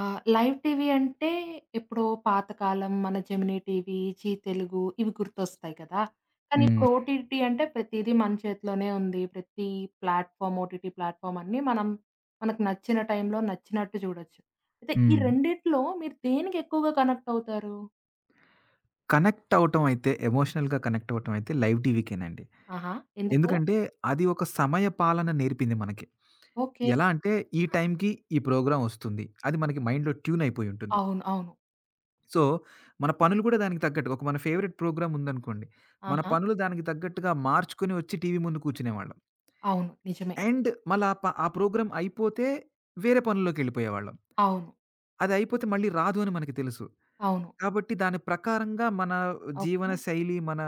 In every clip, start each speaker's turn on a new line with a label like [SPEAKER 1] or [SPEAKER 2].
[SPEAKER 1] ఆ! Live TV అంటే ఎప్పుడో పాతకాలం మన జెమినీ టీవీ, జీ తెలుగు ఇవి గుర్తొస్తాయి కదా! కానీ
[SPEAKER 2] హ్మ్.
[SPEAKER 1] ఇప్పుడు ఓటీటీ అంటే ప్రతీదీ మన చేతిలోనే ఉంది. ప్రతి ప్లాట్‌ఫార్మ్ ఓటీటీ ప్లాట్‌ఫార్మ్ అన్నీ మనం మనకు నచ్చిన టైంలో నచ్చినట్టు చూడొచ్చు. అయితే ఈ
[SPEAKER 2] హ్మ్.
[SPEAKER 1] రెండిట్లో మీరు దేనికి ఎక్కువగా కనెక్ట్ అవుతారు?
[SPEAKER 2] కనెక్ట్ అవ్వటం అయితే ఎమోషనల్‌గా కనెక్ట్ అవ్వటం అయితే లైవ్ టీవీకేనండి.
[SPEAKER 1] ఆహా! ఎందుకలా?
[SPEAKER 2] ఎందుకంటే అది ఒక సమయ పాలన నేర్పింది మనకి.
[SPEAKER 1] ఓకే.
[SPEAKER 2] ఎలా అంటే ఈ టైంకి ఈ ప్రోగ్రామ్ ఒస్తుంది. అది మనకి మైండ్‌లో ట్యూన్ అయిపోయి ఉంటుంది.
[SPEAKER 1] అవును. అవును.
[SPEAKER 2] సో, మన పనులు కూడా దానికి తగ్గట్టుగా ఒక మన ఫేవరెట్ ప్రోగ్రామ్ ఉందనుకోండి. మన
[SPEAKER 1] ఆహా!
[SPEAKER 2] పనులు దానికి తగ్గట్టుగా మార్చుకొని వచ్చి టీవీ ముందు కూర్చునేవాళ్ళం.
[SPEAKER 1] అవును. నిజమే.
[SPEAKER 2] అండ్ మళ్ళా ఆ ప్రోగ్రామ్ అయిపోతే వేరే పనుల్లోకెళ్ళిపోయేవాళ్ళం.
[SPEAKER 1] అవును.
[SPEAKER 2] అది అయిపోతే మళ్ళీ రాదు అని మనకి తెలుసు.
[SPEAKER 1] అవును.
[SPEAKER 2] కాబట్టి దాని ప్రకారంగా మన జీవన
[SPEAKER 1] ఓకే.
[SPEAKER 2] శైలి, మన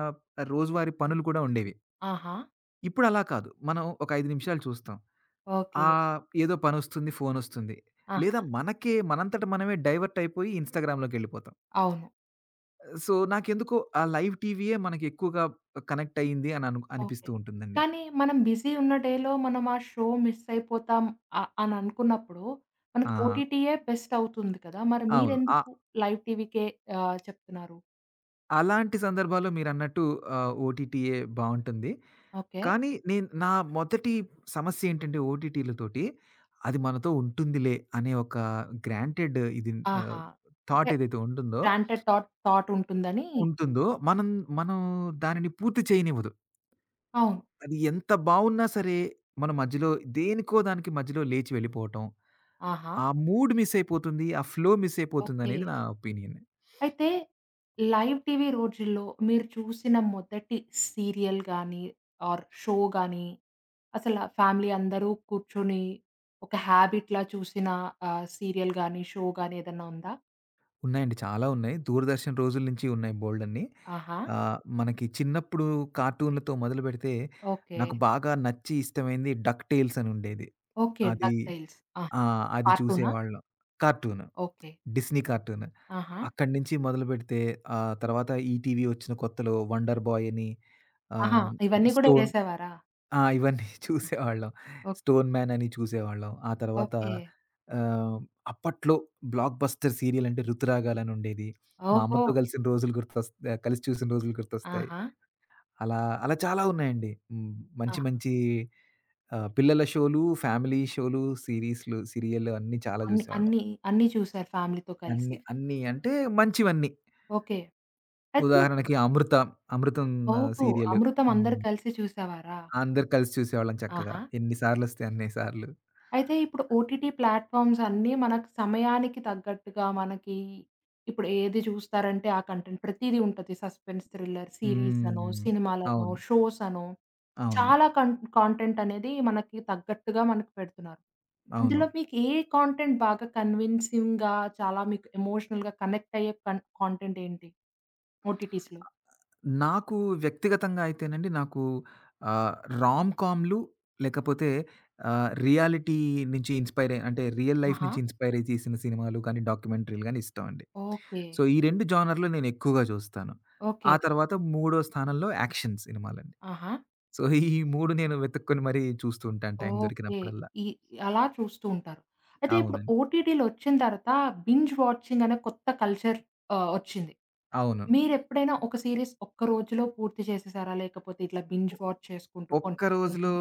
[SPEAKER 2] రోజువారీ పనులు కూడా ఉండేవి.
[SPEAKER 1] ఆహా!
[SPEAKER 2] ఇప్పుడు అలా కాదు. మనం ఒక 5 నిమిషాలు చూస్తాం.
[SPEAKER 1] ఓకే.
[SPEAKER 2] ఏదో పనొస్తుంది, ఫోనొస్తుంది. లేదా
[SPEAKER 1] ఆహా!
[SPEAKER 2] మనకే మనంతట మనమే డైవర్ట్ అయిపోయి ఇన్‌స్టాగ్రామ్‌లోకెళ్ళిపోతాం.
[SPEAKER 1] అవును.
[SPEAKER 2] సో, నాకెందుకో ఆ లైవ్ టీవీయే మనకెక్కువగా కనెక్ట్ అయింది అని
[SPEAKER 1] ఓకే.
[SPEAKER 2] అనిపిస్తూ ఉంటుందండి.
[SPEAKER 1] కానీ మనం బిజీ ఉన్న డేలో మనం ఆ షో మిస్ అయిపోతాం అని అనుకున్నప్పుడు మనకి
[SPEAKER 2] ఆహా!
[SPEAKER 1] ఓటీటీయే బెస్ట్ అవుతుంది కదా! మరి
[SPEAKER 2] అవును.
[SPEAKER 1] మీరెందుకు లైవ్ టీవీకే చెప్తున్నారు?
[SPEAKER 2] అలాంటి సందర్భాల్లో మీరన్నట్టు ఓటీటీయే బావుంటుంది.
[SPEAKER 1] ఓకే.
[SPEAKER 2] కానీ నేను నా మొదటి సమస్యేంటంటే ఓటీటీలతోటి, అది మనతో ఉంటుందిలే అనే ఒక గ్రాంటెడ్ ఇది ఆహ్,
[SPEAKER 1] ఆహా! అంటే
[SPEAKER 2] థాట్ ఏదైతే ఉంటుందో
[SPEAKER 1] గ్రాంటెడ్ థాట్ థాట్ ఉంటుందని
[SPEAKER 2] ఉంటుందో మనం మనం దానిని పూర్తి చేయనివ్వదు.
[SPEAKER 1] అవును.
[SPEAKER 2] అది ఎంత బావున్నా సరే, మన మధ్యలో దేనికో దానికి మధ్యలో లేచి వెళ్ళిపోవటం,
[SPEAKER 1] ఆహా!
[SPEAKER 2] ఆ మూడ్ మిస్ అయిపోతుంది. ఆ ఫ్లో మిస్
[SPEAKER 1] ఓకే.
[SPEAKER 2] అయిపోతుందనేది నా ఒపీనియన్.
[SPEAKER 1] అయితే లైవ్ టీవీ రోజుల్లో మీరు చూసిన మొదటి సీరియల్ గాని ఆర్ షో గాని అసల ఫ్యామిలీ అందరూ కూర్చొని ఒక హ్యాబిట్‌లా చూసిన సీరియల్ గాని, షో గాని ఏదన్నా ఉందా?
[SPEAKER 2] ఉన్నాయండి. చాలా ఉన్నాయి. 'దూరదర్శన్' రోజుల నుంచి ఉన్నాయి బోలెడన్ని.
[SPEAKER 1] ఆహా!
[SPEAKER 2] మనకి చిన్నప్పుడు కార్టూన్‌లతో మొదలుపెడితే
[SPEAKER 1] ఓకే.
[SPEAKER 2] నాకు బాగా నచ్చి ఇష్టమైంది 'డక్ టేల్స్' అని ఉండేది.
[SPEAKER 1] ఓకే.
[SPEAKER 2] అది
[SPEAKER 1] 'డక్ టైల్స్' ఆ!
[SPEAKER 2] ఆ! అది
[SPEAKER 1] పార్ట్ 2నా?
[SPEAKER 2] చూసేవాళ్ళం. కార్టూన్.
[SPEAKER 1] ఓకే.
[SPEAKER 2] Disney cartoon.
[SPEAKER 1] ఆహా!
[SPEAKER 2] అక్కడి నుంచి మొదలుపెడితే తర్వాత ఈటీవీ వచ్చిన కొత్తలో 'వండర్ బాయ్' అని
[SPEAKER 1] ఆహా!
[SPEAKER 2] ఆహ్,
[SPEAKER 1] ఇవన్నీ కూడా
[SPEAKER 2] 'స్టోన్'
[SPEAKER 1] వేసేవారా?
[SPEAKER 2] ఆ! ఇవన్నీ చూసేవాళ్ళం.
[SPEAKER 1] ఓకే.
[SPEAKER 2] 'స్టోన్ మ్యాన్' అని చూసేవాళ్ళం. ఆ తర్వాత
[SPEAKER 1] ఓకే.
[SPEAKER 2] ఆహ్, అప్పట్లో బ్లాక్ బస్టర్ సీరియల్ అంటే 'ఋతురాగాలు' అని ఉండేది. మా
[SPEAKER 1] ఓహో!
[SPEAKER 2] అమ్మతో కలిసిన రోజులు కలిసి చూసిన రోజులు గుర్తొస్తాయి.
[SPEAKER 1] ఆహా!
[SPEAKER 2] అలా అలా చాలా ఉన్నాయండి. హ్మ్. మంచి
[SPEAKER 1] ఆ!
[SPEAKER 2] మంచి పిల్లల షోలు, ఫ్యామిలీ షోలు, సిరీస్‌లు, సీరియల్లు అన్నీ చాలా
[SPEAKER 1] అన్ని
[SPEAKER 2] చూసేవాళ్ళం.
[SPEAKER 1] అన్ని అన్నీ చూసారు ఫ్యామిలీతో
[SPEAKER 2] అన్ని
[SPEAKER 1] కలిసి.
[SPEAKER 2] అన్నీ అంటే మంచివన్నీ.
[SPEAKER 1] ఓకే. అయితే
[SPEAKER 2] ఉదాహరణకి 'అమృతం'
[SPEAKER 1] ఓహో!
[SPEAKER 2] సీరియల్.
[SPEAKER 1] అమృతం అందరూ
[SPEAKER 2] హ్మ్.
[SPEAKER 1] కలిసి చూసేవారా?
[SPEAKER 2] అందరూ కలిసి చూసేవాళ్ళం చక్కగా.
[SPEAKER 1] ఆహా!
[SPEAKER 2] ఎన్ని సార్లొస్తే అన్ని సార్లు.
[SPEAKER 1] అయితే ఇప్పుడు ఓటీటీ ప్లాట్‌ఫార్మ్స్ అన్నీ మనకు సమయానికి తగ్గట్టుగా మనకి ఇప్పుడు ఏది చూస్తారంటే ఆ కంటెంట్ ప్రతీదీ ఉంటది. సస్పెన్స్, థ్రిల్లర్, సీరీస్ అనో,
[SPEAKER 2] హ్మ్.
[SPEAKER 1] సినిమాలనో,
[SPEAKER 2] అవును.
[SPEAKER 1] షోస్ అనో
[SPEAKER 2] అవును.
[SPEAKER 1] చాలా కాంటెంట్ అనేది మనకి తగ్గట్టుగా మనకు పెడుతున్నారు.
[SPEAKER 2] అవును.
[SPEAKER 1] అందులో మీకు ఏ కాంటెంట్ బాగా కన్విన్సింగ్‌గా చాలా మీకు ఎమోషనల్‌గా కనెక్ట్ అయ్యే కాంటెంట్ ఏంటి? ఓటీటీస్‌లో.
[SPEAKER 2] నాకు వ్యక్తిగతంగా అయితేనండి నాకు ఆహ్, రామ్ కామ్‌లు లేకపోతే ఆహ్, రియాలిటీ నుంచి ఇన్‌స్పైర్ అయి అంటే రియల్ లైఫ్
[SPEAKER 1] ఆహా!
[SPEAKER 2] నుంచి ఇన్‌స్పైర్ అయ్యి తీసిన సినిమాలు కానీ, డాక్యుమెంటరీలు గాని ఇష్టం అండి.
[SPEAKER 1] ఓకే.
[SPEAKER 2] సో, ఈ 2 జోనర్‌లు నేను ఎక్కువగా చూస్తాను. ఆ
[SPEAKER 1] ఓకే.
[SPEAKER 2] తర్వాత మూడో స్థానంలో యాక్షన్ సినిమాలండి.
[SPEAKER 1] ఆహా!
[SPEAKER 2] సో, ఈ 3 నేను వెతుక్కొని మరీ చూస్తూ ఉంటాను టైం
[SPEAKER 1] ఓకే.
[SPEAKER 2] దొరికినప్పుడల్లా.
[SPEAKER 1] ఈ అలా చూస్తూ ఉంటారు. అయితే ఇప్పుడు
[SPEAKER 2] అవునండి.
[SPEAKER 1] ఓటీటీలొచ్చిన తర్వాత బింజ్ వాచింగ్ అనే కొత్త కల్చర్ వచ్చింది.
[SPEAKER 2] అవును.
[SPEAKER 1] మీరెప్పుడైనా ఒక సీరీస్ ఒక్క రోజులో పూర్తి చేసేసారా? లేకపోతే ఇట్లా బింజ్ వాచ్ చేసుకుంటూ
[SPEAKER 2] ఒక్క
[SPEAKER 1] కొంచెం కొంచెం
[SPEAKER 2] రోజులో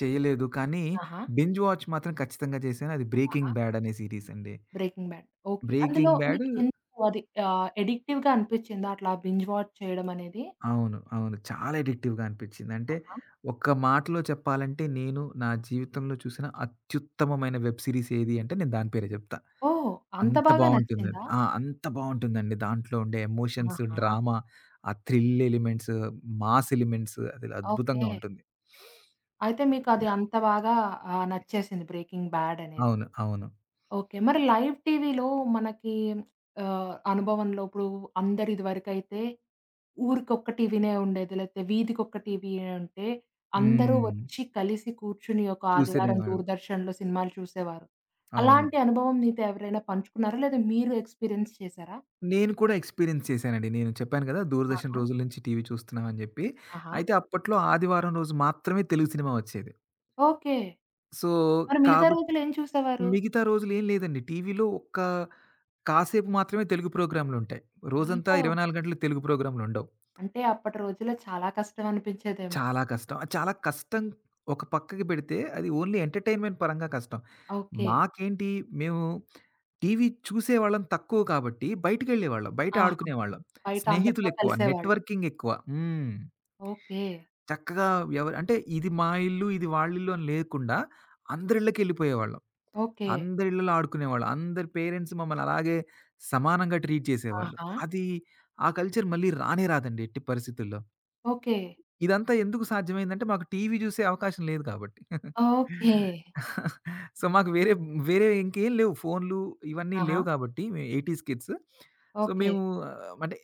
[SPEAKER 2] చేయలేదు. కానీ
[SPEAKER 1] ఆహా!
[SPEAKER 2] బింజ్ వాచ్ మాత్రం ఖచ్చితంగా చేశాను. అది
[SPEAKER 1] ఆహా!
[SPEAKER 2] 'బ్రేకింగ్ బ్యాడ్' అనే సీరీస్ అండి.
[SPEAKER 1] 'Breaking bad.' ఓకే. అందులో
[SPEAKER 2] 'బ్రేకింగ్ బ్యాడ్'
[SPEAKER 1] మీకు ఎందుకు అది అడిక్టివ్‌గా అనిపిచ్చిందా అట్లా బింజ్ వాచ్ చేయడం అనేది?
[SPEAKER 2] అవును. అవును. చాలా అడిక్టివ్‌గా అనిపించింది. అంటే
[SPEAKER 1] ఆహా!
[SPEAKER 2] ఒక్క మాటలో చెప్పాలంటే నేను నా జీవితంలో చూసిన అత్యుత్తమమైన వెబ్ సీరీస్ ఏది అంటే నేను దాని పేరే చెప్తా.
[SPEAKER 1] ఓహ్! అంత
[SPEAKER 2] అంత
[SPEAKER 1] బాగా
[SPEAKER 2] బావుంటుందది.
[SPEAKER 1] నచ్చిందా?
[SPEAKER 2] ఆ! అంత బావుంటుందండి. దాంట్లో ఉండే ఎమోషన్స్,
[SPEAKER 1] ఆహా!
[SPEAKER 2] డ్రామా, ఆ థ్రిల్ ఎలిమెంట్స్, మాస్ ఎలిమెంట్స్ అసలు అద్భుతంగా
[SPEAKER 1] ఓకే.
[SPEAKER 2] ఉంటుంది.
[SPEAKER 1] అయితే మీకు అది
[SPEAKER 2] యాహ్!
[SPEAKER 1] అంత బాగా నచ్చేసింది 'బ్రేకింగ్ బ్యాడ్' అనేది.
[SPEAKER 2] అవును. అవును.
[SPEAKER 1] ఓకే. మరి లైవ్ టీవీలో మనకి అనుభవంలో ఇప్పుడు అందరు ఇదివరకైతే ఊరికొక్క టీవీనే ఉండేది. లేతే వీధికొక్క టీవీయే ఉంటే అందరూ
[SPEAKER 2] హ్మ్.
[SPEAKER 1] వచ్చి కలిసి కూర్చుని ఒక ఆదివారం
[SPEAKER 2] చూసేనేవాళ్ళం.
[SPEAKER 1] దూరదర్శన్‌లో సినిమాలు చూసేవారు.
[SPEAKER 2] అవును.
[SPEAKER 1] అలాంటి అనుభవం మీతో ఎవరైనా పంచుకున్నారా? లేదా మీరు ఎక్స్‌పీరియన్స్ చేసారా?
[SPEAKER 2] నేను కూడా ఎక్స్‌పీరియన్స్ చేశానండి. నేను చెప్పాను కదా! దూరదర్శన్
[SPEAKER 1] ఆహా!
[SPEAKER 2] రోజుల నుంచి టీవీ చూస్తున్నాం అని జెప్పి.
[SPEAKER 1] ఆహా!
[SPEAKER 2] అయితే అప్పట్లో ఆదివారం రోజు మాత్రమే తెలుగు సినిమా వచ్చేది.
[SPEAKER 1] ఓకే.
[SPEAKER 2] సో,
[SPEAKER 1] మరి మిగతా
[SPEAKER 2] కాబట్టి
[SPEAKER 1] రోజులేం చూసేవారు?
[SPEAKER 2] మిగతా రోజులు ఏం లేదండి. టీవీలో ఒక్క కాసేపు మాత్రమే తెలుగు ప్రోగ్రామ్‌లుంటాయి. రోజంతా
[SPEAKER 1] ఆహో!
[SPEAKER 2] 24 గంటలు తెలుగు ప్రోగ్రామ్‌లుండవు.
[SPEAKER 1] అంటే అప్పటి రోజుల్లో చాలా కష్టం అనిపించేదేమో.
[SPEAKER 2] చాలా కష్టం. అది చాలా కష్టం ఒక పక్కకి పెడితే, అది ఓన్లీ ఎంటర్‌టైన్‌మెంట్ పరంగా కష్టం.
[SPEAKER 1] ఓకే.
[SPEAKER 2] మాకేంటి మేము టీవీ చూసేవాళ్ళం తక్కువ కాబట్టి బయటికెళ్ళేవాళ్ళం. బయట
[SPEAKER 1] ఆహా!
[SPEAKER 2] ఆడుకునేవాళ్ళం.
[SPEAKER 1] బయట అందరితో
[SPEAKER 2] స్నేహితులెక్కువ,
[SPEAKER 1] కలిసేవాళ్ళు.
[SPEAKER 2] నెట్వర్కింగ్ ఎక్కువ. హ్మ్.
[SPEAKER 1] ఓకే.
[SPEAKER 2] చక్కగా ఎవరు అంటే ఇది మా ఇల్లు, ఇది వాళ్ళిల్లు అని లేకుండా అందరిళ్ళకెళ్ళిపోయేవాళ్ళం.
[SPEAKER 1] ఓకే.
[SPEAKER 2] అందరిళ్ళలో ఆడుకునేవాళ్ళం. అందరి పేరెంట్స్ మమ్మల్ని అలాగే సమానంగా ట్రీట్ చేసేవాళ్ళు.
[SPEAKER 1] ఆహా!
[SPEAKER 2] అది ఆ కల్చర్ మళ్ళీ రానే రాదండి ఎట్టి పరిస్థితుల్లో.
[SPEAKER 1] ఓకే.
[SPEAKER 2] ఇదంతా ఎందుకు సాధ్యమైందంటే మాకు టీవీ జూసే అవకాశం లేదు కాబట్టి.
[SPEAKER 1] ఓకే.
[SPEAKER 2] సో, మాకు వేరే వేరే ఇంకేం లేవు. ఫోన్లు ఇవన్నీ
[SPEAKER 1] ఆహా!
[SPEAKER 2] లేవు కాబట్టి మేము 80స్ కిడ్స్. So,
[SPEAKER 1] okay.
[SPEAKER 2] మేము అంటే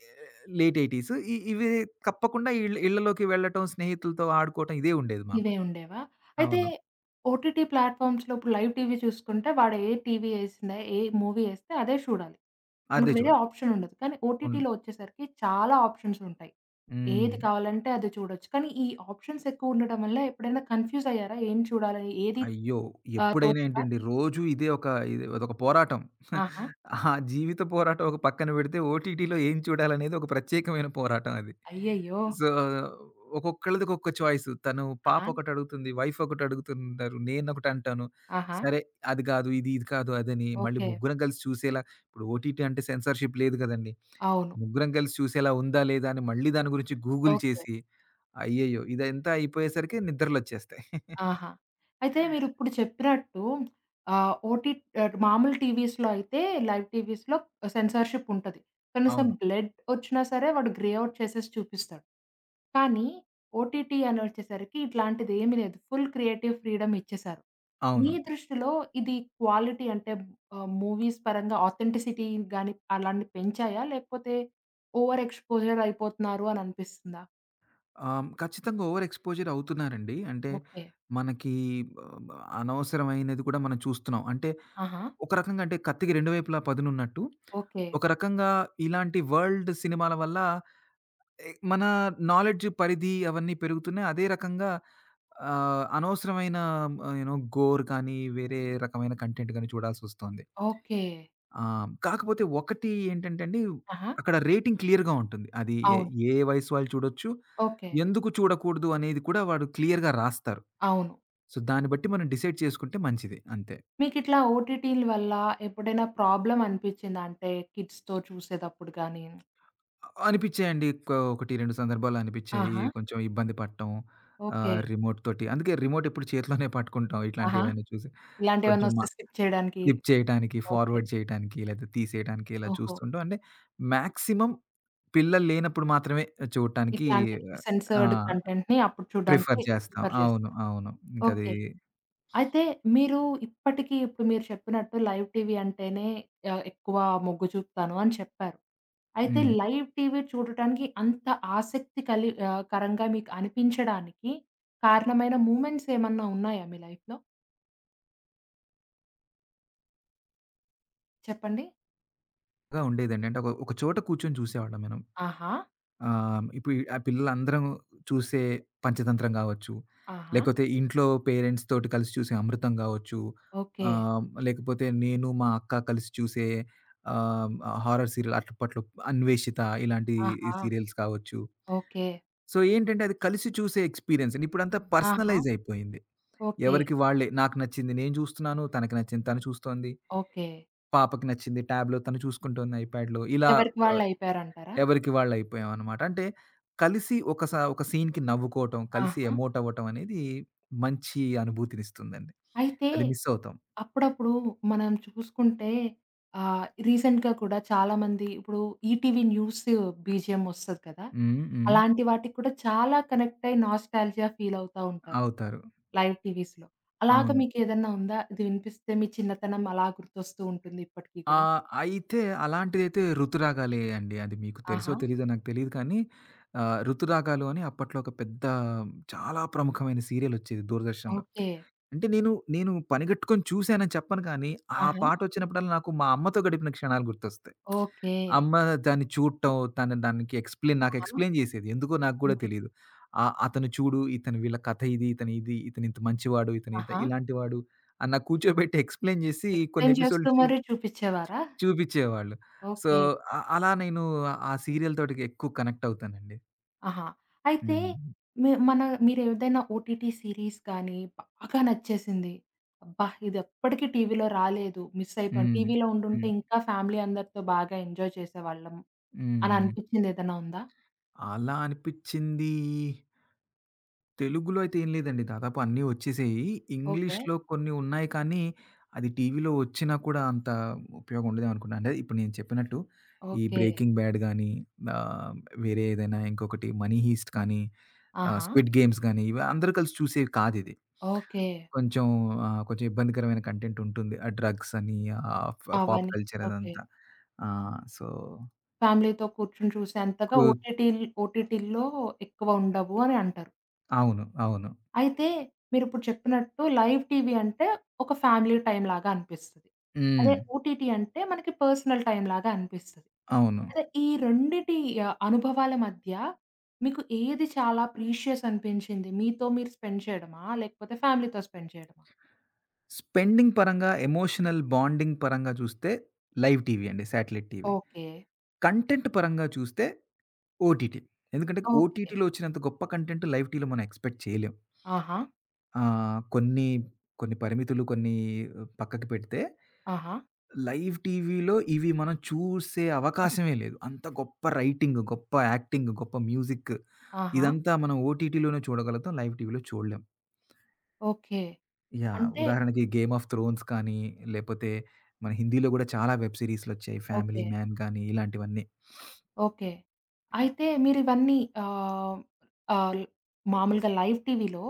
[SPEAKER 2] లేట్ 80స్ ఇవి తప్పకుండా ఇళ్ళలోకి వెళ్ళటం, స్నేహితులతో ఆడుకోవటం ఇదే ఉండేది మాకు.
[SPEAKER 1] ఇవే ఉండేవా? అయితే
[SPEAKER 2] అవును.
[SPEAKER 1] ఓటీటీ ప్లాట్‌ఫార్మ్స్‌లో ఇప్పుడు లైవ్ టీవీ చూసుకుంటే వాడు ఏ టీవీ ఏసిందా, ఏ మూవీ ఏస్తే అదే చూడాలి.
[SPEAKER 2] అదే
[SPEAKER 1] మనకు వేరే
[SPEAKER 2] చూడాలి.
[SPEAKER 1] ఆప్షన్ ఉండదు. కానీ
[SPEAKER 2] ఉన్
[SPEAKER 1] ఓటీటీలో వచ్చేసరికి చాలా ఆప్షన్స్ ఉంటాయి.
[SPEAKER 2] హ్మ్.
[SPEAKER 1] ఏది కావాలంటే అది చూడొచ్చు. కానీ ఈ ఆప్షన్స్ ఎక్కువ ఉండడం వల్ల ఎప్పుడైనా కన్‌ఫ్యూజ్ అయ్యారా? ఏం చూడాలి? ఏది
[SPEAKER 2] అయ్యో! ఎప్పుడైనా
[SPEAKER 1] తోచక
[SPEAKER 2] ఏంటండి రోజు ఇదే ఒక అదొక పోరాటం.
[SPEAKER 1] ఆహా!
[SPEAKER 2] ఆ జీవిత పోరాటం ఒక పక్కన పెడితే ఓటీటీలో ఏం చూడాలనేది ఒక ప్రత్యేకమైన పోరాటం అది.
[SPEAKER 1] అయ్యయ్యో!
[SPEAKER 2] సో, ఒక్కొక్కళ్ళది ఒక్కొక్క చాయిస్. తను పాప
[SPEAKER 1] ఆహా!
[SPEAKER 2] ఒకటడుగుతుంది. వైఫ్ ఒకటడుగుతుంటారు. నేనొకటంటాను.
[SPEAKER 1] ఆహా!
[SPEAKER 2] సరే అది కాదు, ఇది, ఇది కాదు అదని మళ్ళీ
[SPEAKER 1] ఓకే.
[SPEAKER 2] ముగ్గురం కలిసి చూసేలా ఇప్పుడు ఓటీటీ అంటే సెన్సార్‌షిప్ లేదు కదండీ.
[SPEAKER 1] అవును.
[SPEAKER 2] ముగ్గురం కలిసి చూసేలా ఉందా? లేదా? అని మళ్ళీ దాని గురించి గూగుల్
[SPEAKER 1] ఓకే.
[SPEAKER 2] చేసి అయ్యయ్యో! ఇదంతా అయిపోయేసరికి నిద్రలొచ్చేస్తాయి.
[SPEAKER 1] ఆహా! అయితే మీరిప్పుడు చెప్పినట్టు ఆహ్, ఓటీ మామూలు టీవీస్‌లో అయితే లైవ్ టీవీస్‌లో సెన్సార్‌షిప్ ఉంటది. కనీసం
[SPEAKER 2] అవును.
[SPEAKER 1] బ్లడ్ ఒచ్చినా సరే వాడు గ్రే ఔట్ చేసేసి చూపిస్తాడు. కానీ ఓటీటీ అని వచ్చేసరికి ఇట్లాంటిదేమీ లేదు. ఫుల్ క్రియేటివ్ ఫ్రీడమ్ ఇచ్చేశారు. మీ
[SPEAKER 2] అవును.
[SPEAKER 1] దృష్టిలో ఇది క్వాలిటీ అంటే మూవీస్ పరంగా ఆథెంటిసిటీ గాని అలాంటివి పెంచాయా? లేకపోతే ఓవర్ ఎక్స్‌పోజర్ అయిపోతున్నారు అని అనిపిస్తుందా?
[SPEAKER 2] ఖచ్చితంగా ఓవర్ ఎక్స్‌పోజర్ అవుతున్నారండి. అంటే
[SPEAKER 1] ఓకే.
[SPEAKER 2] మనకి ఆహ్, అనవసరమైనది కూడా మనం చూస్తున్నాం. అంటే
[SPEAKER 1] ఆహా!
[SPEAKER 2] ఒక రకంగా అంటే కత్తికి రెండు వైపులా పదునున్నట్టు,
[SPEAKER 1] ఓకే.
[SPEAKER 2] ఒక రకంగా ఇలాంటి వరల్డ్ సినిమాల వల్ల మన నాలెడ్జ్ పరిధి అవన్నీ పెరుగుతున్నాయి. అదే రకంగా అనవసరమైన యూ నో గోర్ కానీ, వేరే రకమైన కంటెంట్ గాని చూడాల్సొస్తోంది.
[SPEAKER 1] ఓకే.
[SPEAKER 2] ఆ! కాకపోతే ఒకటి ఏంటంటే అండి,
[SPEAKER 1] ఆహా!
[SPEAKER 2] అక్కడ రేటింగ్ క్లియర్‌గా ఉంటుంది. అది ఏ
[SPEAKER 1] అవును.
[SPEAKER 2] ఏ వయసు వాళ్ళు చూడొచ్చు.
[SPEAKER 1] ఓకే.
[SPEAKER 2] ఎందుకు చూడకూడదు అనేది కూడా వాడు క్లియర్‌గా రాస్తారు.
[SPEAKER 1] అవును.
[SPEAKER 2] సో, దాన్ని బట్టి మనం డిసైడ్ చేసుకుంటే మంచిది అంతే.
[SPEAKER 1] మీకిట్లా ఓటీటీల వల్ల ఎప్పుడైనా ప్రాబ్లమ్ అనిపిచ్చిందా? అంటే కిడ్స్‌తో చూసేతప్పుడు గానీ
[SPEAKER 2] అనిపిచ్చాయండి. ఒక 1, 2 సందర్భాలు అనిపిచ్చాయి.
[SPEAKER 1] ఆహా!
[SPEAKER 2] కొంచెం ఇబ్బంది పడటం.
[SPEAKER 1] ఓకే.
[SPEAKER 2] రిమోట్ తోటి అందుకే రిమోట్ ఎప్పుడు చేతిలోనే పట్టుకుంటాం ఇట్లాంటివి
[SPEAKER 1] ఆహా!
[SPEAKER 2] ఏవైనా చూసి. కొంచెం
[SPEAKER 1] ఇలాంటివేవన్నొస్తే స్కిప్ చేయడానికి.
[SPEAKER 2] స్కిప్ చేయటానికి,
[SPEAKER 1] ఓకే.
[SPEAKER 2] ఫార్వర్డ్ చేయటానికి, లేతే తీసేయటానికి ఇలా
[SPEAKER 1] ఓహో!
[SPEAKER 2] చూస్తుంటాం. అంటే మాక్సిమం పిల్లలు లేనప్పుడు మాత్రమే చూడటానికి
[SPEAKER 1] ఇట్లాంటి
[SPEAKER 2] ఆ!
[SPEAKER 1] సెన్సర్డ్ కంటెంట్‌ని అప్పుడు
[SPEAKER 2] ప్రిఫర్
[SPEAKER 1] చూడడానికి
[SPEAKER 2] చేస్తాం.
[SPEAKER 1] ప్రిఫర్
[SPEAKER 2] అవును.
[SPEAKER 1] జేస్తారు.
[SPEAKER 2] అవును. ఇంకది
[SPEAKER 1] ఓకే. అయితే మీరు ఇప్పటికి ఇప్పుడు మీరు చెప్పినట్టు లైవ్ టీవీ అంటేనే ఎక్కువ మొగ్గు చూపుతాను అని చెప్పారు. అయితే
[SPEAKER 2] హ్మ్.
[SPEAKER 1] లైవ్ టీవీ చూడటానికి అంత ఆసక్తి కరంగా మీకు అనిపించడానికి కారణమైన మూమెంట్స్ ఏమన్నా ఉన్నాయా మీ లైఫ్‌లో? చెప్పండి.
[SPEAKER 2] గా ఉండేదండి. అంటే ఒక ఒక చోట కూర్చొని చూసేవాళ్ళం మనం.
[SPEAKER 1] ఆహా!
[SPEAKER 2] ఇప్పుడు ఆ పిల్లలందరం చూసే పంచతంత్రం గావచ్చు,
[SPEAKER 1] ఆహా!
[SPEAKER 2] లేకపోతే ఇంట్లో పేరెంట్స్ తోటి కలిసి చూసే అమృతం గావచ్చు,
[SPEAKER 1] ఓకే.
[SPEAKER 2] లేకపోతే నేను మా అక్క కలిసి చూసే ఆహ్, హారర్ సీరియల్ అప్పట్లో 'అన్వేషిత' ఇలాంటి ఈ
[SPEAKER 1] ఆహా!
[SPEAKER 2] సీరియల్స్ కావచ్చు.
[SPEAKER 1] ఓకే.
[SPEAKER 2] సో, ఏంటంటే అది కలిసి చూసే ఎక్స్‌పీరియన్స్ అండి. ఇప్పుడంతా
[SPEAKER 1] ఆహా!
[SPEAKER 2] పర్సనలైజ్ అయిపోయింది.
[SPEAKER 1] ఓకే.
[SPEAKER 2] ఎవరికి వాళ్ళే నాకు నచ్చింది నేను చూస్తున్నాను, తనకి నచ్చింది తను చూస్తోంది,
[SPEAKER 1] ఓకే.
[SPEAKER 2] పాపకి నచ్చింది ట్యాబ్‌లో తను చూసుకుంటోంది ఐప్యాడ్‌లో ఇలా
[SPEAKER 1] ఎవరికి వాళ్ళు
[SPEAKER 2] ఆహ్
[SPEAKER 1] అయిపోయారంటారా?
[SPEAKER 2] ఎవరికి వాళ్ళయిపోయాం అనమాట. అంటే కలిసి ఒక సీన్‌కి నవ్వుకోవటం, కలిసి
[SPEAKER 1] ఆహా!
[SPEAKER 2] ఎమోట్ అవ్వటం అనేది మంచి అనుభూతినిస్తుందండి.
[SPEAKER 1] అయితే
[SPEAKER 2] అది మిస్ అవుతాం.
[SPEAKER 1] అప్పుడప్పుడు మనం చూసుకుంటే రీసెంట్‌గా కూడా చాలామంది ఇప్పుడు ఈటీవీ న్యూస్ బీజీఎం ఒస్తది కదా!
[SPEAKER 2] హ్మ్. హ్మ్.
[SPEAKER 1] అలాంటి వాటికి కూడా చాలా కనెక్ట్ అయ్యి నాస్టాల్జియా ఫీల్ అవుతా ఉంటారు.
[SPEAKER 2] అవుతారు.
[SPEAKER 1] లైవ్ టీవీస్‌లో. అలాగ
[SPEAKER 2] అవును.
[SPEAKER 1] మీకేదన్నా ఉందా? ఇది వినిపిస్తే మీ చిన్నతనం అలా గుర్తొస్తూ ఉంటుంది ఇప్పటికి కూడా?
[SPEAKER 2] అయితే అలాంటిదైతే ఋతురాగాలే అండి. అది మీకు తెలుసో
[SPEAKER 1] ఆహా!
[SPEAKER 2] తెలీదో నాకు తెలీదు కానీ 'ఋతురాగాలు' అని అప్పట్లో ఒక పెద్ద చాలా ప్రముఖమైన సీరియల్ వచ్చేది దూరదర్శన్‌లో.
[SPEAKER 1] ఓకే.
[SPEAKER 2] అంటే నేను పనిగట్టుకొని చూసానని చెప్పను కానీ, ఆ
[SPEAKER 1] ఆహా!
[SPEAKER 2] పాటొచ్చినప్పుడల్లా నాకు మా అమ్మతో గడిపిన క్షణాలు గుర్తొస్తాయి.
[SPEAKER 1] ఓకే.
[SPEAKER 2] అమ్మ దాన్ని చూడటం, తను దానికి నాకు
[SPEAKER 1] ఆహా!
[SPEAKER 2] ఎక్స్‌ప్లెయిన్ జేసేది. ఎందుకో నాకు గూడా
[SPEAKER 1] ఓకే.
[SPEAKER 2] తెలీదు. అతను చూడు, ఇతను వీళ్ళ కథ ఇది, ఇతను ఇది, ఇతను ఇంత మంచివాడు, ఇతను ఇత
[SPEAKER 1] ఆహా!
[SPEAKER 2] ఇలాంటి వాడు అని నాకు కూర్చోబెట్టి ఎక్స్‌ప్లెయిన్ జేసి కొన్ని
[SPEAKER 1] ఎక్స్‌ప్లెయిన్ చేస్తూ
[SPEAKER 2] ఎపిసోడ్‌లు
[SPEAKER 1] మరి చూపిచ్చేవారా?
[SPEAKER 2] చూపిచ్చేవాళ్ళు. So,
[SPEAKER 1] okay.
[SPEAKER 2] అలా నేను ఆ సీరియల్ తోటి ఎక్కువ కనెక్ట్ అవుతానండి.
[SPEAKER 1] ఆహా! అయితే
[SPEAKER 2] హ్మ్.
[SPEAKER 1] మీ మన మీరేదైనా ఓటీటీ సీరీస్ కానీ బాగా నచ్చేసింది. అబ్బా! ఇదెప్పటికి టీవీలో రాలేదు. మిస్ అయిపోయాం.
[SPEAKER 2] హ్మ్.
[SPEAKER 1] టీవీలో ఉండుంటే
[SPEAKER 2] హ్మ్.
[SPEAKER 1] ఇంకా ఫ్యామిలీ అందరితో బాగా ఎంజాయ్ చేసేవాళ్ళం అని
[SPEAKER 2] హ్మ్.
[SPEAKER 1] అనిపించింది ఏదైనా ఉందా?
[SPEAKER 2] అలా అనిపిచ్చింది తెలుగులో అయితే ఏం లేదండి. దాదాపు అన్నీ వచ్చేసాయి.
[SPEAKER 1] ఓకే.
[SPEAKER 2] ఇంగ్లీష్‌లో కొన్ని ఉన్నాయి కానీ, అది టీవీలో వచ్చినా కూడా అంత ఉపయోగం ఉండదేమో అనుకున్నా. అంటే ఇప్పుడు నేను చెప్పినట్టు ఈ
[SPEAKER 1] ఓకే.
[SPEAKER 2] 'బ్రేకింగ్ బ్యాడ్' గాని, ఆహ్, వేరే ఏదైనా ఇంకొకటి 'మనీ హీస్ట్' కానీ,
[SPEAKER 1] ఆహా!
[SPEAKER 2] 'స్క్విడ్ గేమ్స్' గాని ఇవి అందరూ కలిసి చూసేవి కాదిది.
[SPEAKER 1] ఓకే.
[SPEAKER 2] కొంచెం కొంచెం ఇబ్బందికరమైన కంటెంట్ ఉంటుంది. ఆ డ్రగ్స్ అని, ఆహ్, ఫ్ పాప్
[SPEAKER 1] 'పవని'
[SPEAKER 2] కల్చర్
[SPEAKER 1] ఓకే.
[SPEAKER 2] అదంతా. ఆ! సో,
[SPEAKER 1] ఫ్యామిలీతో కూర్చొని చూసేంతగా
[SPEAKER 2] కు
[SPEAKER 1] ఓటీటీల్లో ఎక్కువ ఉండవు అని అంటారు.
[SPEAKER 2] అవును. అవును.
[SPEAKER 1] అయితే మీరిప్పుడు చెప్పినట్టు లైవ్ టీవీ అంటే ఒక ఫ్యామిలీ టైమ్ లాగా అనిపిస్తది.
[SPEAKER 2] హ్మ్.
[SPEAKER 1] అదే ఓటీటీ అంటే మనకి పర్సనల్ టైమ్ లాగా అనిపిస్తది.
[SPEAKER 2] అవును.
[SPEAKER 1] అదే ఈ రెండిటి అనుభవాల మధ్య మీకు ఏది చాలా ప్రీషియస్ అనిపించింది? మీతో మీరు స్పెండ్ చేయడమా? లేకపోతే ఫ్యామిలీతో స్పెండ్ చేయడమా?
[SPEAKER 2] స్పెండింగ్ పరంగా, ఎమోషనల్ బాండింగ్ పరంగా చూస్తే లైవ్ టీవీ అండి. Satellite TV.
[SPEAKER 1] ఓకే.
[SPEAKER 2] కంటెంట్ పరంగా చూస్తే ఓటీటీ. ఎందుకంటే
[SPEAKER 1] ఓకే.
[SPEAKER 2] ఓటీటీలో వచ్చినంత గొప్ప కంటెంట్ లైవ్ టీలో మనం ఎక్స్‌పెక్ట్ చేయలేం.
[SPEAKER 1] ఆహా!
[SPEAKER 2] కొన్ని, కొన్ని పరిమితులు కొన్ని ఆ, పక్కకి పెడితే
[SPEAKER 1] ఆహా!
[SPEAKER 2] లైవ్ టీవీలో ఇవి మనం చూసే
[SPEAKER 1] ఓకే.
[SPEAKER 2] అవకాశమే లేదు. అంత గొప్ప రైటింగ్, గొప్ప యాక్టింగ్, గొప్ప మ్యూజిక్
[SPEAKER 1] ఆహా!
[SPEAKER 2] ఇదంతా మనం ఓటీటీలోనే చూడగలుగుతాం. లైవ్ టీవీలో చూడలేం.
[SPEAKER 1] ఓకే.
[SPEAKER 2] యాహ్!
[SPEAKER 1] అంటే
[SPEAKER 2] ఉదాహరణకి 'గేమ్ ఆఫ్ థ్రోన్స్' కానీ, లేపోతే మన హిందీలో గూడా చాలా వెబ్ సీరీస్‌లొచ్చాయి. 'Family
[SPEAKER 1] okay.
[SPEAKER 2] మ్యాన్' గానీ, ఇలాంటివన్నీ.
[SPEAKER 1] ఓకే. అయితే మీరివన్నీ ఆహ్, ఆహ్, మామూలుగా లైవ్ టీవీలో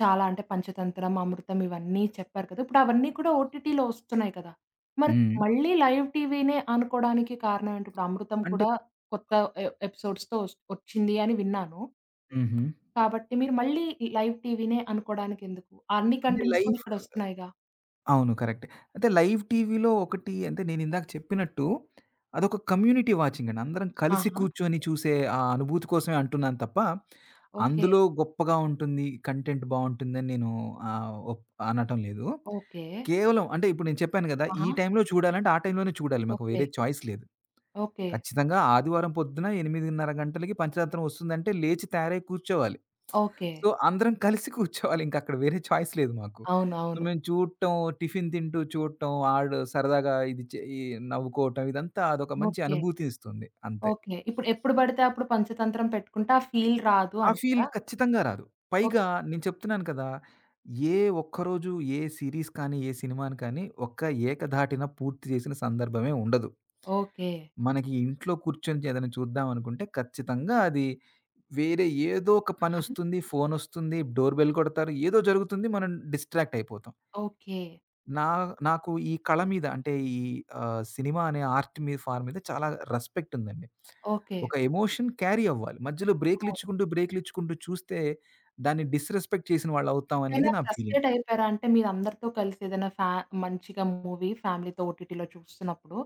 [SPEAKER 1] చాలా అంటే పంచతంత్రం, అమృతం ఇవన్నీ చెప్పారు కదా! ఇప్పుడు అవన్నీ కూడా ఓటీటీలో వస్తున్నాయి కదా! మరి
[SPEAKER 2] హ్మ్.
[SPEAKER 1] మళ్ళీ లైవ్ టీవీనే అనుకోడానికి కారణం ఏంటి? ఇప్పుడు అమృతం
[SPEAKER 2] అంటే
[SPEAKER 1] కూడా కొత్త ఎపిసోడ్స్‌తో వచ్చింది అని విన్నాను.
[SPEAKER 2] హుహు.
[SPEAKER 1] కాబట్టి మీరు మళ్ళీ లైవ్ టీవీనే అనుకోవడానికి ఎందుకు? అన్ని
[SPEAKER 2] అంటే
[SPEAKER 1] కంటెంట్స్ కూడా
[SPEAKER 2] లైఫ్
[SPEAKER 1] ఇక్కడ వస్తున్నాయిగా.
[SPEAKER 2] అవును. కరెక్టే. అయితే లైవ్ టీవీలో ఒకటి అంటే నేనిందాక చెప్పినట్టు అదొక కమ్యూనిటీ వాచింగండి. అందరం కలిసి
[SPEAKER 1] ఆహా!
[SPEAKER 2] కూర్చొని చూసే ఆ అనుభూతి కోసమే అంటున్నాను తప్ప,
[SPEAKER 1] ఓకే.
[SPEAKER 2] అందులో గొప్పగా ఉంటుంది, కంటెంట్ బావుంటుందని నేను ఆహ్, ఒప్ అనటం లేదు.
[SPEAKER 1] ఓకే.
[SPEAKER 2] కేవలం అంటే ఇప్పుడు నేను చెప్పాను గదా! ఈ
[SPEAKER 1] ఆహా!
[SPEAKER 2] టైంలో చూడాలంటే ఆ టైంలోనే చూడాలి. మాకు
[SPEAKER 1] ఓకే.
[SPEAKER 2] వేరే చాయిస్ లేదు.
[SPEAKER 1] ఓకే.
[SPEAKER 2] ఖచ్చితంగా ఆదివారం పొద్దున 8:30 గంటలకి పంచరాత్రం ఒస్తుందంటే లేచి తయారై కూర్చోవాలి.
[SPEAKER 1] ఓకే.
[SPEAKER 2] సో, అందరం కలిసి కూర్చోవాలి. ఇంకక్కడ వేరే చాయిస్ లేదు మాకు.
[SPEAKER 1] అవును. అవును.
[SPEAKER 2] మేము చూడటం, టిఫిన్ తింటూ చూడటం, ఆడు సరదాగా ఇది చే ఈ నవ్వుకోవటం ఇదంతా అదొక మంచి
[SPEAKER 1] ఓకే.
[SPEAKER 2] అనుభూతినిస్తుంది అంతే.
[SPEAKER 1] ఓకే. ఇప్పుడు ఎప్పుడు పడితే అప్పుడు పంచతంత్రం పెట్టుకుంటే ఆ ఫీల్ రాదు
[SPEAKER 2] ఆ ఫీల్
[SPEAKER 1] అంటారా?
[SPEAKER 2] ఖచ్చితంగా రాదు.
[SPEAKER 1] ఓక్
[SPEAKER 2] పైగా నేను చెప్తున్నాను కదా! ఏ ఒక్కరోజు ఏ సీరీస్ కానీ, ఏ సినిమాని కానీ ఒక్క ఏకధాటిన పూర్తి చేసిన సందర్భమే ఉండదు.
[SPEAKER 1] ఓకే.
[SPEAKER 2] మనకి ఇంట్లో కూర్చొని ఏదైనా చూద్దాం అనుకుంటే ఖచ్చితంగా అది వేరే ఏదో ఒక
[SPEAKER 1] ఆ!
[SPEAKER 2] పనొస్తుంది, ఫోనొస్తుంది, డోర్ బెల్ కొడతారు, ఏదో జరుగుతుంది. మనం డిస్ట్రాక్ట్ అయిపోతాం.
[SPEAKER 1] ఓకే.
[SPEAKER 2] నా నాకు ఈ కళ మీద అంటే ఈ సినిమా అనే ఆర్ట్ మీద ఫార్మ్ మీద చాలా రెస్పెక్ట్ ఉందండి.
[SPEAKER 1] ఓకే.
[SPEAKER 2] ఒక ఎమోషన్ క్యారీ అవ్వాలి. మధ్యలో
[SPEAKER 1] అవును.
[SPEAKER 2] బ్రేకులిచ్చుకుంటూ చూస్తే దాన్ని డిస్‌రెస్పెక్ట్ చేసిన వాళ్ళవుతాం అనేది
[SPEAKER 1] ఎప్పుడైనా
[SPEAKER 2] నా ఫీలింగ్.
[SPEAKER 1] ఫ్రస్ట్రేట్ అయిపోయారా? అంటే మీరందరితో కలిసి ఏదైనా మంచిగా మూవీ ఫ్యామిలీతో ఓటీటీలో చూస్తున్నప్పుడు,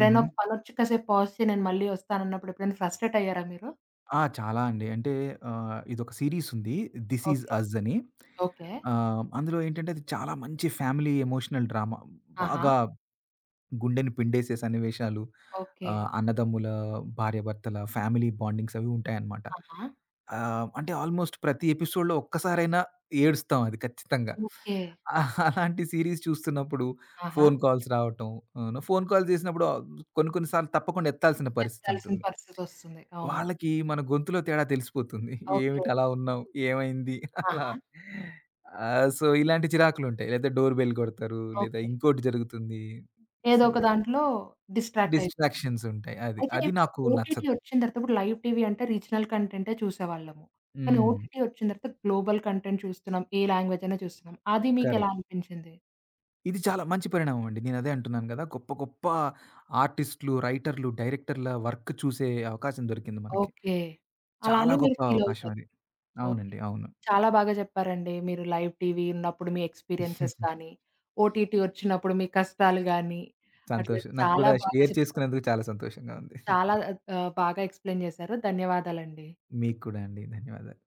[SPEAKER 2] హుహు.
[SPEAKER 1] ఒక పనొచ్చి కాసేపు పాజ్ చేయి నేను మళ్ళీ వస్తానన్నప్పుడు ఎప్పుడైనా ఫ్రస్ట్రేట్ అయ్యారా మీరు?
[SPEAKER 2] ఆ! చాలా అండి. అంటే ఇదొక సీరీస్ ఉంది. 'This is
[SPEAKER 1] okay.
[SPEAKER 2] అజ్' అని.
[SPEAKER 1] ఓకే.
[SPEAKER 2] అందులో ఏంటంటే అది చాలా మంచి ఫ్యామిలీ ఎమోషనల్ డ్రామా.
[SPEAKER 1] ఆహా!
[SPEAKER 2] బాగా గుండెని పిండేసే సన్నివేశాలు
[SPEAKER 1] ఓకే.
[SPEAKER 2] అన్నదమ్ముల, భార్యాభర్తల ఫ్యామిలీ బాండింగ్స్ అవి ఉంటాయన్నమాట.
[SPEAKER 1] ఆహా!
[SPEAKER 2] అంటే ఆల్‌మోస్ట్ ప్రతి ఎపిసోడ్‌లో ఒక్కసారైనా ఏడుస్తాం అది ఖచ్చితంగా.
[SPEAKER 1] ఓకే.
[SPEAKER 2] అలాంటి సీరీస్ చూస్తున్నప్పుడు
[SPEAKER 1] ఆహా!
[SPEAKER 2] ఫోన్ కాల్స్ రావటం, అవును. ఫోన్ కాల్స్ చేసినప్పుడు కొన్ని కొన్ని సార్లు తప్పకుండా ఎత్తాల్సిన పరిస్థితి
[SPEAKER 1] ఎత్తాల్సిన
[SPEAKER 2] ఉంటుంది.
[SPEAKER 1] పరిస్థితొస్తుంది. అవును.
[SPEAKER 2] వాళ్ళకి మన గొంతులో తేడా తెలిసిపోతుంది.
[SPEAKER 1] ఓకే.
[SPEAKER 2] ఏమిటి అలా ఉన్నావు? ఏమైంది? అలా.
[SPEAKER 1] ఆహా!
[SPEAKER 2] సో, ఇలాంటి చిరాకులుంటాయి. లేదా డోర్ బెల్ కొడతారు, లేదా
[SPEAKER 1] ఓకే.
[SPEAKER 2] ఇంకోటి జరుగుతుంది.
[SPEAKER 1] ఏదో
[SPEAKER 2] సో,
[SPEAKER 1] ఒక దాంట్లో డిస్ట్రాక్ట్
[SPEAKER 2] డిస్ట్రాక్షన్స్ ఉంటాయి. అది.
[SPEAKER 1] అయితే
[SPEAKER 2] అది
[SPEAKER 1] ఇప్పుడు
[SPEAKER 2] నాకు
[SPEAKER 1] ఓటీటీ
[SPEAKER 2] నచ్చదు.
[SPEAKER 1] వచ్చిన తర్వాత ఇప్పుడు లైవ్ టీవీ అంటే రీజనల్ కంటెంటే చూసేవాళ్ళము. కానీ
[SPEAKER 2] హ్మ్.
[SPEAKER 1] ఓటీటీ వచ్చిన తర్వాత గ్లోబల్ కంటెంట్ చూస్తున్నాం. ఏ లాంగ్వేజ్ అయినా చూస్తున్నాం. అది మీకెలా
[SPEAKER 2] కరెక్ట్.
[SPEAKER 1] అనిపించింది?
[SPEAKER 2] ఇది చాలా మంచి పరిణామం అండి. నేనదే అంటున్నాను గదా! గొప్ప, గొప్ప ఆర్టిస్ట్‌లు, రైటర్‌లు, డైరెక్టర్‌ల వర్క్ చూసే అవకాశం దొరికింది మనకి.
[SPEAKER 1] ఓకే. అలా
[SPEAKER 2] చాలా
[SPEAKER 1] అని మీరు
[SPEAKER 2] గొప్ప
[SPEAKER 1] ఫీల్
[SPEAKER 2] అవకాశం
[SPEAKER 1] అవుతారు.
[SPEAKER 2] అది.
[SPEAKER 1] ఓకే.
[SPEAKER 2] అవునండి. అవును.
[SPEAKER 1] చాలా బాగా చెప్పారండి. మీరు లైవ్ టీవీ ఉన్నప్పుడు మీ ఎక్స్‌పీరియన్సెస్ కానీ, ఓటీటీ వచ్చినప్పుడు మీ కష్టాలు గానీ, అట్లా
[SPEAKER 2] సంతోషం. నాకు
[SPEAKER 1] చాలా
[SPEAKER 2] కూడా
[SPEAKER 1] బాగా
[SPEAKER 2] షేర్
[SPEAKER 1] చెప్పారు.
[SPEAKER 2] చేసుకున్నందుకు చాలా సంతోషంగా ఉంది.
[SPEAKER 1] చాలా బాగా ఎక్స్‌ప్లెయిన్ చేశారు. ధన్యవాదాలండి.
[SPEAKER 2] మీకు కూడా అండి. ధన్యవాదాలు.